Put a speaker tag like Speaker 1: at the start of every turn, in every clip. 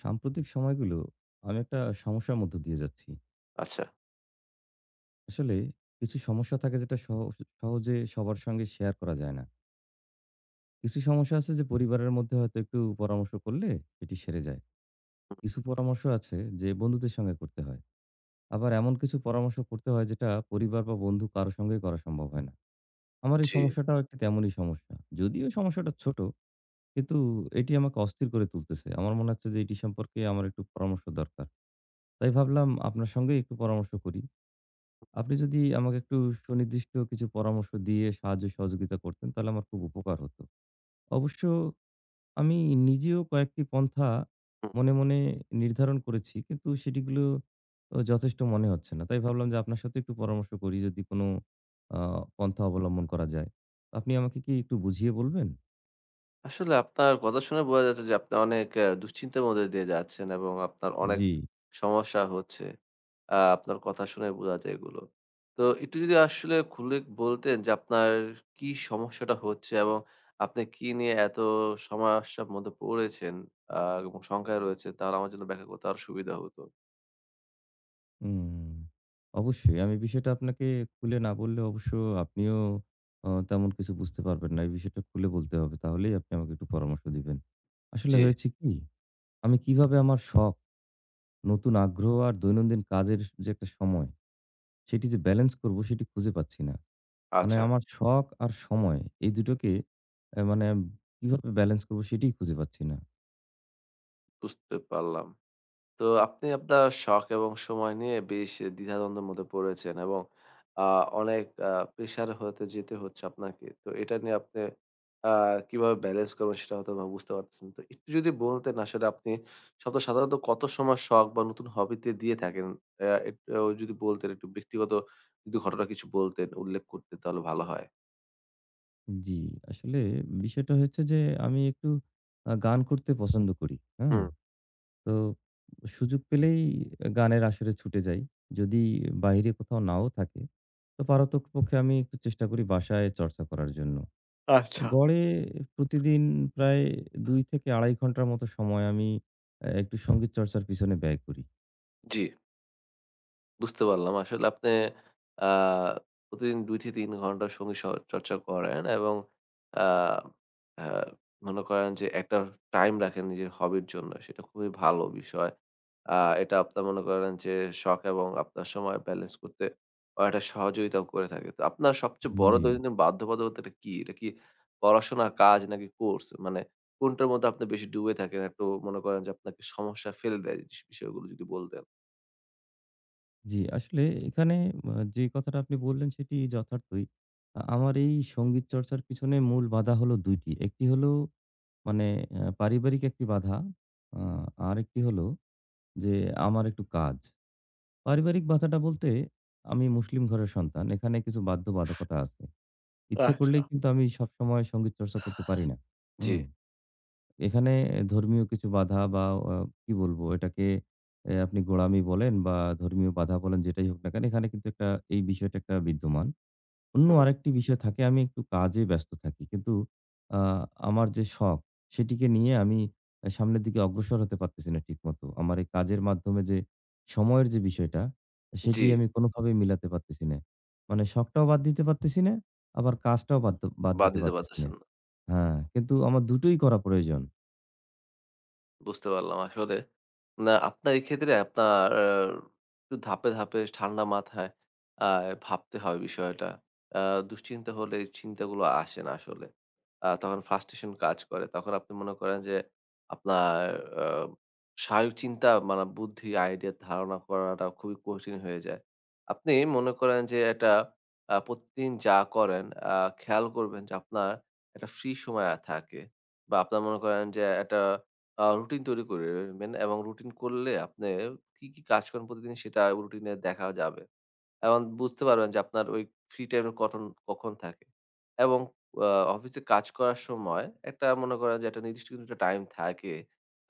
Speaker 1: সাম্প্রতিক সময়গুলো আমি একটা সমস্যার মধ্য দিয়ে যাচ্ছি।
Speaker 2: আচ্ছা।
Speaker 1: আসলে কিছু সমস্যা থাকে যেটা সহজে সবার সঙ্গে শেয়ার করা যায় না। কিছু সমস্যা আছে যে পরিবারের মধ্যে হয়তো একটু পরামর্শ করলে এটি সেরে যায়। কিছু পরামর্শ আছে যে বন্ধুদের সঙ্গে করতে হয়। আবার এমন কিছু পরামর্শ করতে হয় যেটা পরিবার বা বন্ধু কারো সঙ্গেই করা সম্ভব হয় না। আমার এই
Speaker 2: জি।
Speaker 1: সমস্যাটাও একটি তেমনই সমস্যা। যদিও সমস্যাটা ছোট, কিন্তু এটি আমাকে অস্থির করে তুলতেছে। আমার মনে হচ্ছে যে এটি সম্পর্কে আমার একটু পরামর্শ দরকার। তাই ভাবলাম আপনার সঙ্গেই একটু পরামর্শ করি। আপনি যদি আমাকে একটু সুনির্দিষ্ট কিছু পরামর্শ দিয়ে সাহায্য সহযোগিতা করতেন তাহলে আমার খুব উপকার হতো। অবশ্য আমি নিজেও কয়েকটি পন্থা মনে, মনে নির্ধারণ করেছি কিন্তু সেটিগুলো ও যথেষ্ট মনে হচ্ছে না। তাই ভাবলাম যে আপনার সাথে একটু পরামর্শ করি যদি কোনো আ পন্থা অবলম্বন করা যায়। আপনি আমাকে কি একটু বুঝিয়ে বলবেন?
Speaker 2: আসলে আপনার কথা শুনে বোঝা যাচ্ছে যে আপনি অনেক দুশ্চিন্তার মধ্যে দিয়ে যাচ্ছেন এবং আপনার অনেক
Speaker 1: জি।
Speaker 2: সমস্যা হচ্ছে। আপনার কথা শুনে বোঝা যায় এগুলো। তো একটু যদি আসলে খুলে বলতেন যে আপনার কি সমস্যাটা হচ্ছে এবং আপনি কি নিয়ে এত সমস্যার মধ্যে পড়েছেন আ এবং শঙ্কায় রয়েছেন তাহলে আমার জন্য ব্যাখ্যা করতে আরো সুবিধা হতো।
Speaker 1: হুম, অবশ্যই। আমি বিষয়টা আপনাকে খুলে না বললে অবশ্য আপনিও তেমন কিছু বুঝতে পারবেন না। এই বিষয়টা খুলে বলতে হবে। তাহলেই আপনি আমাকে একটু পরামর্শ দিবেন। আসলে
Speaker 2: জি।
Speaker 1: হয়েছে কি, আমি কিভাবে আমার শখ, নতুন আগ্রহ আর দৈনন্দিন কাজের যে একটা সময়, সেটি যে ব্যালেন্স করব সেটি খুঁজে পাচ্ছি না। মানে
Speaker 2: আচ্ছা,
Speaker 1: আমার শখ আর সময় এই দুটোকে মানে কিভাবে ব্যালেন্স করব সেটিই খুঁজে পাচ্ছি না।
Speaker 2: বুঝতে পারলাম। তো আপনি আপনার শখ এবং সময় নিয়ে বেশ দ্বিধাদ্বন্দ্বের মধ্যে পড়েছেন এবং আ অনেক প্রেশার হতে যেতে হচ্ছে আপনাকে। তো এটা নিয়ে আপনি আ কিভাবে ব্যালেন্স করবেন সেটা হয়তোবা বুঝতে পারতেছেন। তো একটু যদি বলতেন আসলে আপনি সপ্তাহে সাধারণত কত সময় শখ বা নতুন হবিতে দিয়ে থাকেন? এটাও যদি বলতেন একটু ব্যক্তিগত যদি ঘটনা কিছু বলতেন, উল্লেখ করতেন তাহলে ভালো হয়।
Speaker 1: জি, আসলে বিষয়টা হচ্ছে যে আমি একটু গান করতে পছন্দ করি। হ্যাঁ?
Speaker 2: হুম।
Speaker 1: তো সুযোগ পেলেই গানের আসরে ছুটে যাই। যদি বাইরে কোথাও নাও থাকে, তো পারতপক্ষে আমি একটু চেষ্টা করি বাসায় চর্চা করার জন্য।
Speaker 2: আচ্ছা।
Speaker 1: গড়ে প্রতিদিন প্রায় ২ থেকে ২.৫ ঘন্টার মতো সময় আমি একটু সঙ্গীত চর্চার পিছনে ব্যয় করি।
Speaker 2: জি। বুঝতে পারলাম। আসলে আপনি আ প্রতিদিন ২-৩ ঘন্টা সঙ্গীত চর্চা করেন এবং আ আ মনে করেন যে একটা টাইম রাখেন নিজের হবির জন্য। সেটা খুবই ভালো বিষয়। আ এটা আপনার মনে করেন যে শখ এবং আপনার সময় ব্যালেন্স করতে অনেকটা সহযোগিতাও করে থাকে। তো আপনার সবচেয়ে বড়
Speaker 1: জি,
Speaker 2: দৈনন্দিন বাধ্যবাধকতাটা কি? এটা কি পড়াশোনা, কাজ নাকি কোর্স? মানে কোনটার মধ্যে আপনি বেশি ডুবে থাকেন? একটু মনে করেন যে আপনাকে সমস্যা ফেলে দেয় বিষয়গুলো যদি বলতেন।
Speaker 1: জি। আসলে এখানে যে কথাটা আপনি বললেন সেটি যথার্থই। আমার এই সঙ্গীত চর্চার পিছনে মূল বাধা হলো ২ টি। একটি হলো মানে পারিবারিক একটি বাধা, আ আরেকটি হলো যে আমার একটু কাজ। পারিবারিক বাধাটা বলতে আমি মুসলিম ঘরের সন্তান। এখানে কিছু বাধ্যবাধকতা আছে। ইচ্ছে
Speaker 2: আচ্ছা।
Speaker 1: করলেই কিন্তু আমি সবসময় সঙ্গীত চর্চা করতে পারি না।
Speaker 2: জি।
Speaker 1: হুম? এখানে ধর্মীয় কিছু বাধা বা অ কি বলবো এটাকে আপনি গোঁড়ামি বলেন বা ধর্মীয় বাধা বলেন যেটাই হোক না কেন এখানে কিন্তু একটা এই বিষয়টা একটা বিদ্যমান। অন্য
Speaker 2: হুম।
Speaker 1: আরেকটি বিষয় থাকে আমি একটু কাজে ব্যস্ত থাকি। কিন্তু আ আমার যে শখ সেটিকে নিয়ে আমি সামনের দিকে অগ্রসর হতে পারতেছি না ঠিকমতো। আমার এই কাজের মাধ্যমে যে সময়ের যে বিষয়টা সেটি
Speaker 2: জি,
Speaker 1: আমি কোনোভাবেই মিলাতে পারতেছি না। মানে শখটাও বাদ দিতে পারতেছি না, আবার কাজটাও বাদ
Speaker 2: বাদ
Speaker 1: দিতে
Speaker 2: দিতে
Speaker 1: পারতেছি না।
Speaker 2: পারতেছেন
Speaker 1: হ্যাঁ, কিন্তু আমার দুটোই করা প্রয়োজন।
Speaker 2: বুঝতে পারলাম আসলে। না আপনার এক্ষেত্রে আপনার একটু ধাপে, ধাপে ঠান্ডা মাথায় আ ভাবতে হয় বিষয়টা। আ দুশ্চিন্তা হলে এই চিন্তাগুলো আসে না আসলে। তখন frustration কাজ করে। তখন আপনি মনে করেন যে আপনার আ স্বাভাবিক চিন্তা মানে বুদ্ধি, আইডিয়া ধারণা করাটা খুবই কঠিন হয়ে যায়। আপনি মনে করেন যে এটা প্রতিদিন যা করেন আ খেয়াল করবেন যে আপনার একটা ফ্রি সময় থাকে বা আপনার মনে করেন যে একটা রুটিন তৈরি করে নেবেন এবং রুটিন করলে আপনি কি, কি কাজ করেন প্রতিদিন সেটা রুটিনে দেখা যাবে। এবং বুঝতে পারবেন যে আপনার ওই ফ্রি টাইম এর কটন কখন থাকে। এবং আ অফিসে কাজ করার সময় একটা মনে করেন যে একটা নির্দিষ্ট কিন্তু একটা টাইম থাকে।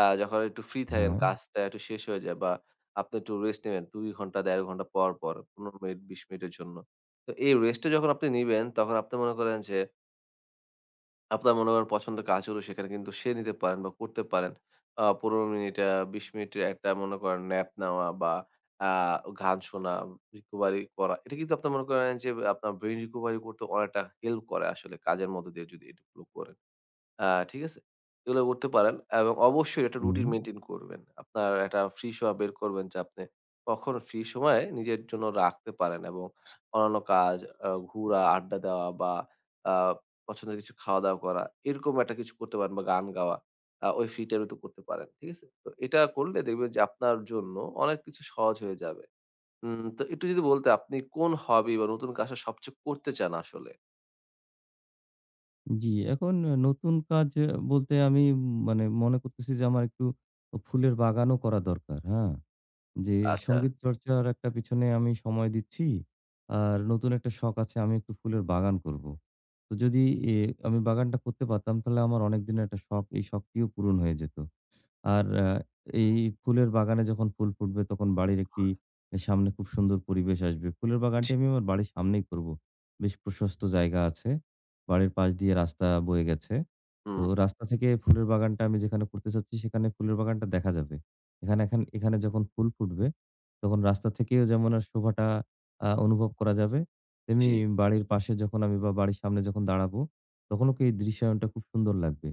Speaker 2: যখন একটু ফ্রি থাকেন
Speaker 1: হ্যাঁ।
Speaker 2: কাজটা একটু শেষ হয়ে যায় বা আপনি একটু রেস্ট নিবেন ২ ঘন্টা ১.৫ ঘন্টা পর, পর ১৫ মিনিট ২০ মিনিটের জন্য। তো এই রেস্টটা যখন আপনি নিবেন তখন আপনি মনে করেন যে আপনার মনে করেন পছন্দের কাজগুলো সেখানে কিন্তু সেরে নিতে পারেন বা করতে পারেন। ১৫ মিনিট, ২০ মিনিটের একটা মনে করেন ন্যাপ নেওয়া বা আ গান শোনা, রিকভারি করা। এটা কিন্তু আপনার মনে করেন যে আপনার ব্রেইন রিকভারি করতে অনেকটা হেল্প করে আসলে কাজের মধ্য দিয়ে যদি এগুলো করেন। আ ঠিক আছে? এগুলো করতে পারেন এবং অবশ্যই একটা রুটিন
Speaker 1: হুম।
Speaker 2: মেইনটেইন করবেন। আপনার একটা ফ্রি সময় বের করবেন যে আপনি কখন ফ্রি সময় নিজের জন্য রাখতে পারেন এবং অন্যান্য কাজ ঘুরা, আড্ডা দেওয়া বা আ পছন্দের কিছু খাওয়া-দাওয়া করা। এরকম একটা কিছু করতে পারেন বা গান গাওয়া। ওই ফ্রি টাইমে তো করতে পারেন। ঠিক আছে? তো এটা করলে দেখবেন যে আপনার জন্য অনেক কিছু সহজ হয়ে যাবে। তো একটু যদি বলতে আপনি কোন হবি বা নতুন কাজটা সবচেয়ে করতে চান আসলে?
Speaker 1: জি, এখন নতুন কাজ বলতে আমি মানে মনে করতেছি যে আমার একটু ফুলের বাগানও করা দরকার। হ্যাঁ। যে
Speaker 2: আচ্ছা।
Speaker 1: সঙ্গীত চর্চার একটা পিছনে আমি সময় দিচ্ছি। আর নতুন একটা শখ আছে আমি একটু ফুলের বাগান করব। তো যদি এ আমি বাগানটা করতে পারতাম তাহলে আমার অনেক দিনের একটা শখ, এই শখটিও পূরণ হয়ে যেত। আর এই ফুলের বাগানে যখন ফুল ফুটবে তখন বাড়ির একটি সামনে খুব সুন্দর পরিবেশ আসবে। ফুলের বাগানটি
Speaker 2: জি।
Speaker 1: আমি আমার বাড়ির সামনেই করব। বেশ প্রশস্ত জায়গা আছে। বাড়ির পাশ দিয়ে রাস্তা বয়ে গেছে। তো
Speaker 2: হুম,
Speaker 1: রাস্তা থেকে ফুলের বাগানটা আমি যেখানে করতে চাচ্ছি সেখানে ফুলের বাগানটা দেখা যাবে। এখানে যখন ফুল ফুটবে তখন রাস্তা থেকেও যেমন আর শোভাটা অনুভব করা যাবে, তেমনি
Speaker 2: জি।
Speaker 1: বাড়ির পাশে যখন আমি বা বাড়ির সামনে যখন দাঁড়াবো তখনও কি এই দৃশ্যায়নটা খুব সুন্দর লাগবে।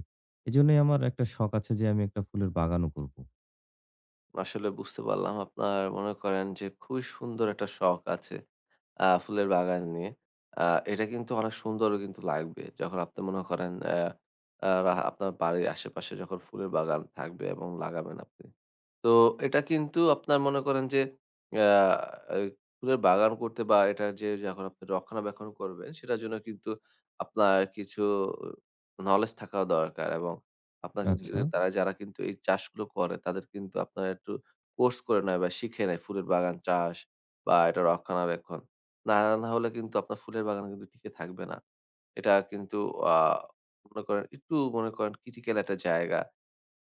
Speaker 1: এজন্যই আমার একটা শখ আছে যে আমি একটা ফুলের বাগানও করব।
Speaker 2: আসলে বুঝতে পারলাম আপনার মনে করেন যে খুবই সুন্দর একটা শখ আছে। ফুলের বাগান নিয়ে। আ এটা কিন্তু অনেক সুন্দরও কিন্তু লাগবে। যখন আপনি মনে করেন অ্যা আ রা আপনার বাড়ির আশেপাশে যখন ফুলের বাগান থাকবে এবং লাগাবেন আপনি। তো এটা কিন্তু আপনার মনে করেন যে অ্যা এই ফুলের বাগান করতে বা এটা যে যখন আপনি রক্ষণাবেক্ষণ করবেন সেটার জন্য কিন্তু আপনার কিছু নলেজ থাকা দরকার এবং আপনার কিন্তু
Speaker 1: আচ্ছা।
Speaker 2: তারা যারা কিন্তু এই চাষগুলো করে তাদের কিন্তু আপনার একটু কোর্স করে নেয় বা শিখে নেয় ফুলের বাগান চাষ বা এটা রক্ষণাবেক্ষণ। না, না হলে কিন্তু আপনার ফুলের বাগান কিন্তু টিকে থাকবে না। এটা কিন্তু আ মনে করেন একটু মনে করেন critical একটা জায়গা,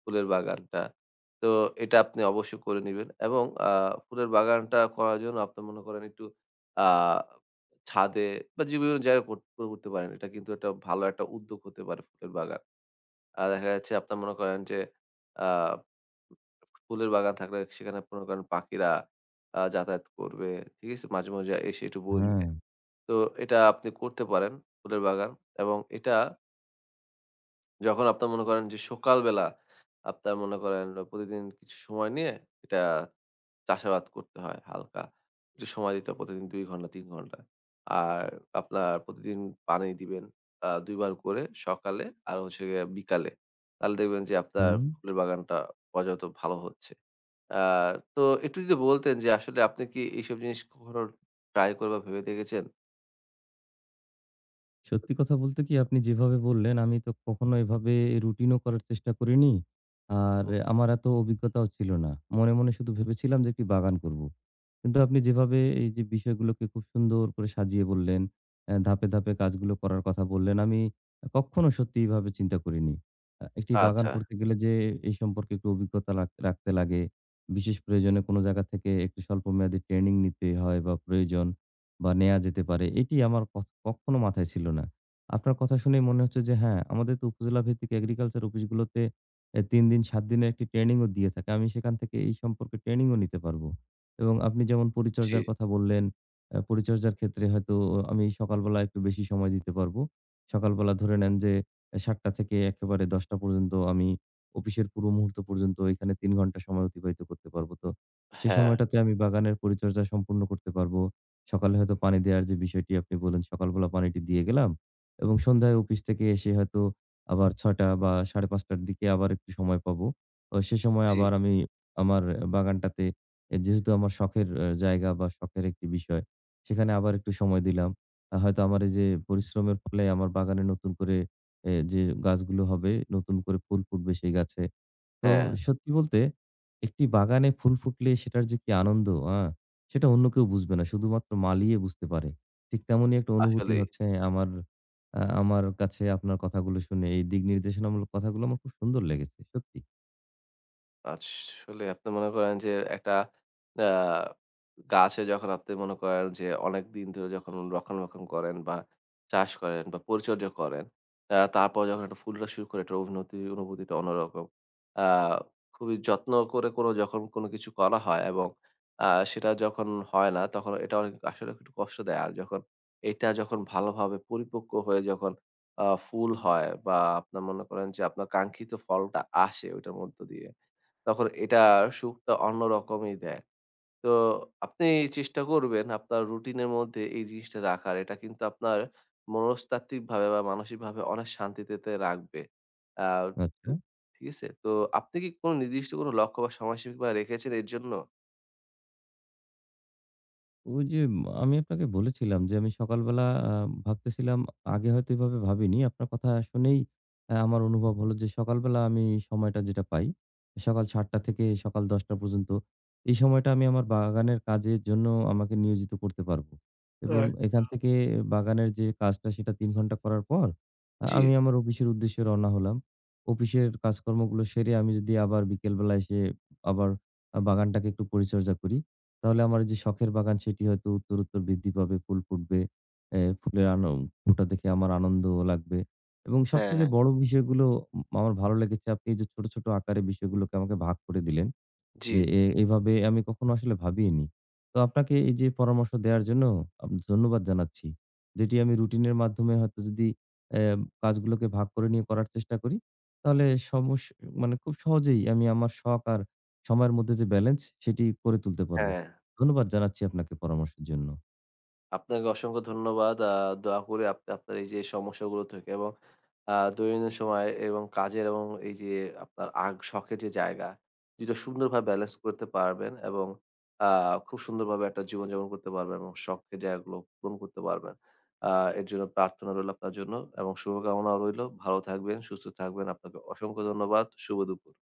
Speaker 2: ফুলের বাগানটা। তো এটা আপনি অবশ্যই করে নিবেন এবং ফুলের বাগানটা করার জন্য আপনি মনে করেন একটু আ ছাদে বা যে বিভিন্ন জায়গায় করে করতে পারেন। এটা কিন্তু একটা ভালো একটা উদ্যোগ হতে পারে ফুলের বাগান। আর দেখা যাচ্ছে আপনার মনে করেন যে আ ফুলের বাগান থাকলে সেখানে মনে করেন পাখিরা যাতায়াত করবে। ঠিক আছে? মাঝে, মাঝে এসে একটু
Speaker 1: হ্যাঁ,
Speaker 2: বসবে। তো এটা আপনি করতে পারেন ফুলের বাগান এবং এটা যখন আপনার মনে করেন যে সকালবেলা আপনার মনে করেন প্রতিদিন কিছু সময় নিয়ে এটা চাষাবাদ করতে হয় হালকা একটু সময় দিতে হয় প্রতিদিন ২ ঘন্টা ৩ ঘন্টা। আর আপনার প্রতিদিন পানি দিবেন ২ বার করে সকালে আর হচ্ছে গিয়ে বিকালে। তাহলে দেখবেন যে আপনার
Speaker 1: হুম।
Speaker 2: ফুলের বাগানটা পর্যাপ্ত ভালো হচ্ছে। আ তো একটু যদি বলতেন যে আসলে আপনি কি এইসব জিনিস কখনো ট্রাই করে বা ভেবে দেখেছেন?
Speaker 1: সত্যি কথা বলতে কি আপনি যেভাবে বললেন আমি তো কখনো এভাবে রুটিনও করার চেষ্টা করিনি। আর
Speaker 2: হুম।
Speaker 1: আমার এত অভিজ্ঞতাও ছিল না। মনে, মনে শুধু ভেবেছিলাম যে একটি বাগান করব। কিন্তু আপনি যেভাবে এই যে বিষয়গুলোকে খুব সুন্দর করে সাজিয়ে বললেন, ধাপে, ধাপে কাজগুলো করার কথা বললেন, আমি কক্ষনো সত্যি এভাবে চিন্তা করিনি। একটি বাগান
Speaker 2: আচ্ছা,
Speaker 1: করতে গেলে যে এই সম্পর্কে একটু অভিজ্ঞতা রাখতে লাগে, বিশেষ প্রয়োজনে কোনো জায়গা থেকে একটু স্বল্পমেয়াদী ট্রেনিং নিতে হয় বা প্রয়োজন বা নেয়া যেতে পারে, এটি আমার কক্ষনো মাথায় ছিল না। আপনার কথা শুনে মনে হচ্ছে যে হ্যাঁ, আমাদের তো উপজেলা ভিত্তিক এগ্রিকালচার অফিসগুলোতে ৩ দিন ৭ দিনের একটি ট্রেনিংও দিয়ে থাকে। আমি সেখান থেকে এই সম্পর্কে ট্রেনিংও নিতে পারবো। এবং আপনি যেমন
Speaker 2: জি।
Speaker 1: পরিচর্যার কথা বললেন, পরিচর্যার ক্ষেত্রে হয়তো আমি সকালবেলা একটু বেশি সময় দিতে পারবো। সকালবেলা ধরে নেন যে ৭:০০ থেকে একেবারে ১০:০০ পর্যন্ত আমি অফিসের পুরো মুহূর্ত পর্যন্ত এখানে ৩ ঘন্টা সময় অতিবাহিত করতে পারবো। তো সে
Speaker 2: হ্যাঁ,
Speaker 1: সময়টাতে আমি বাগানের পরিচর্যা সম্পূর্ণ করতে পারবো। সকালে হয়তো পানি দেওয়ার যে বিষয়টি আপনি বললেন, সকালবেলা পানিটি দিয়ে গেলাম এবং সন্ধ্যায় অফিস থেকে এসে হয়তো আবার ৬:০০ বা ৫:৩০ র দিকে আবার একটু সময় পাবো। ও সে সময়
Speaker 2: জি।
Speaker 1: আবার আমি আমার বাগানটাতে যেহেতু আমার শখের জায়গা বা শখের একটি বিষয়, সেখানে আবার একটু সময় দিলাম। হয়তো আমার এই যে পরিশ্রমের ফলে আমার বাগানে নতুন করে যে গাছগুলো হবে, নতুন করে ফুল ফুটবে সেই গাছে। তো
Speaker 2: হ্যাঁ
Speaker 1: সত্যি বলতে একটি বাগানে ফুল ফুটলে সেটার যে কি আনন্দ, আ সেটা অন্য কেউ বুঝবে না। শুধুমাত্র মালিয়ে বুঝতে পারে। ঠিক তেমনই একটা অনুভূতি
Speaker 2: আসলেই।
Speaker 1: হচ্ছে আমার আমার কাছে আপনার কথাগুলো শুনে এই দিক নির্দেশনামূলক কথাগুলো আমার খুব সুন্দর লেগেছে। সত্যি।
Speaker 2: আসলে আপনি মনে করেন যে একটা আ গাছে যখন আপনি মনে করেন যে অনেকদিন ধরে যখন রক্ষণাবেক্ষণ করেন বা চাষ করেন বা পরিচর্যা করেন, তারপর যখন একটা ফুলটা শুরু করে একটা অভিনতি অনুভূতিটা অন্যরকম। আ খুবই যত্ন করে কোনো যখন কোনো কিছু করা হয় এবং আ সেটা যখন হয় না তখন এটা অনেক আসলে একটু কষ্ট দেয়। আর যখন এটা যখন ভালোভাবে পরিপক্ক হয়ে যখন ফুল হয় বা আপনার মনে করেন যে আপনার কাঙ্ক্ষিত ফলটা আসে ওইটার মধ্য দিয়ে তখন এটা সুখটা অন্যরকমই দেয়। তো আপনি চেষ্টা করবেন আপনার রুটিনের মধ্যে এই জিনিসটা রাখার। এটা কিন্তু আপনার মনস্তাত্ত্বিকভাবে বা মানসিকভাবে অনেক শান্তিতে রাখবে। আ
Speaker 1: আচ্ছা।
Speaker 2: ঠিক আছে? তো আপনি কি কোনো নির্দিষ্ট কোনো লক্ষ্য বা সময়সীমা রেখেছেন এর জন্য?
Speaker 1: ওই যে আমি আপনাকে বলেছিলাম যে আমি সকালবেলা ভাবতেছিলাম আগে হয়তো এভাবে ভাবিনি। আপনার কথা শুনেই আমার অনুভব হলো যে সকালবেলা আমি সময়টা যেটা পাই, সকাল ৭:০০ থেকে সকাল ১০:০০ পর্যন্ত এই সময়টা আমি আমার বাগানের কাজের জন্য আমাকে নিয়োজিত করতে পারবো। এবং
Speaker 2: আ
Speaker 1: এখান থেকে বাগানের যে কাজটা সেটা ৩ ঘন্টা করার পর
Speaker 2: জি,
Speaker 1: আমি আমার অফিসের উদ্দেশ্যে রওনা হলাম। অফিসের কাজকর্মগুলো সেরে আমি যদি আবার বিকেলবেলা এসে আবার বাগানটাকে একটু পরিচর্যা করি। তাহলে আমার যে শখের বাগান সেটি হয়তো উত্তর, উত্তর বৃদ্ধি পাবে, ফুল ফুটবে। এ ফুলের আন ফুলটা দেখে আমার আনন্দও লাগবে এবং সবচেয়ে যে
Speaker 2: হ্যাঁ,
Speaker 1: বড় বিষয়গুলো আমার ভালো লেগেছে আপনি এই যে ছোট, ছোট আকারে বিষয়গুলোকে আমাকে ভাগ করে দিলেন।
Speaker 2: জি,
Speaker 1: যে এভাবে আমি কখনো আসলে ভাবিইনি। তো আপনাকে এই যে পরামর্শ দেওয়ার জন্য ধন্যবাদ জানাচ্ছি। যেটি আমি রুটিনের মাধ্যমে হয়তো যদি অ্যা কাজগুলোকে ভাগ করে নিয়ে করার চেষ্টা করি, তাহলে সমস মানে খুব সহজেই আমি আমার শখ আর সময়ের মধ্যে যে ব্যালেন্স, সেটি করে তুলতে পারবো।
Speaker 2: হ্যাঁ।
Speaker 1: ধন্যবাদ জানাচ্ছি আপনাকে পরামর্শের জন্য।
Speaker 2: আপনাকে অসংখ্য ধন্যবাদ। দোয়া করি আপনি আপনার এই যে সমস্যাগুলো থেকে এবং দৈনন্দিন সময় এবং কাজের এবং এই যে আপনার আগ শখের যে জায়গা, ২ টা সুন্দরভাবে ব্যালেন্স করতে পারবেন এবং আ খুব সুন্দরভাবে একটা জীবনযাপন করতে পারবেন এবং শখের জায়গাগুলো পূরণ করতে পারবেন। আ এর জন্য প্রার্থনা রইলো আপনার জন্য এবং শুভকামনাও রইলো। ভালো থাকবেন, সুস্থ থাকবেন। আপনাকে অসংখ্য ধন্যবাদ। শুভ দুপুর।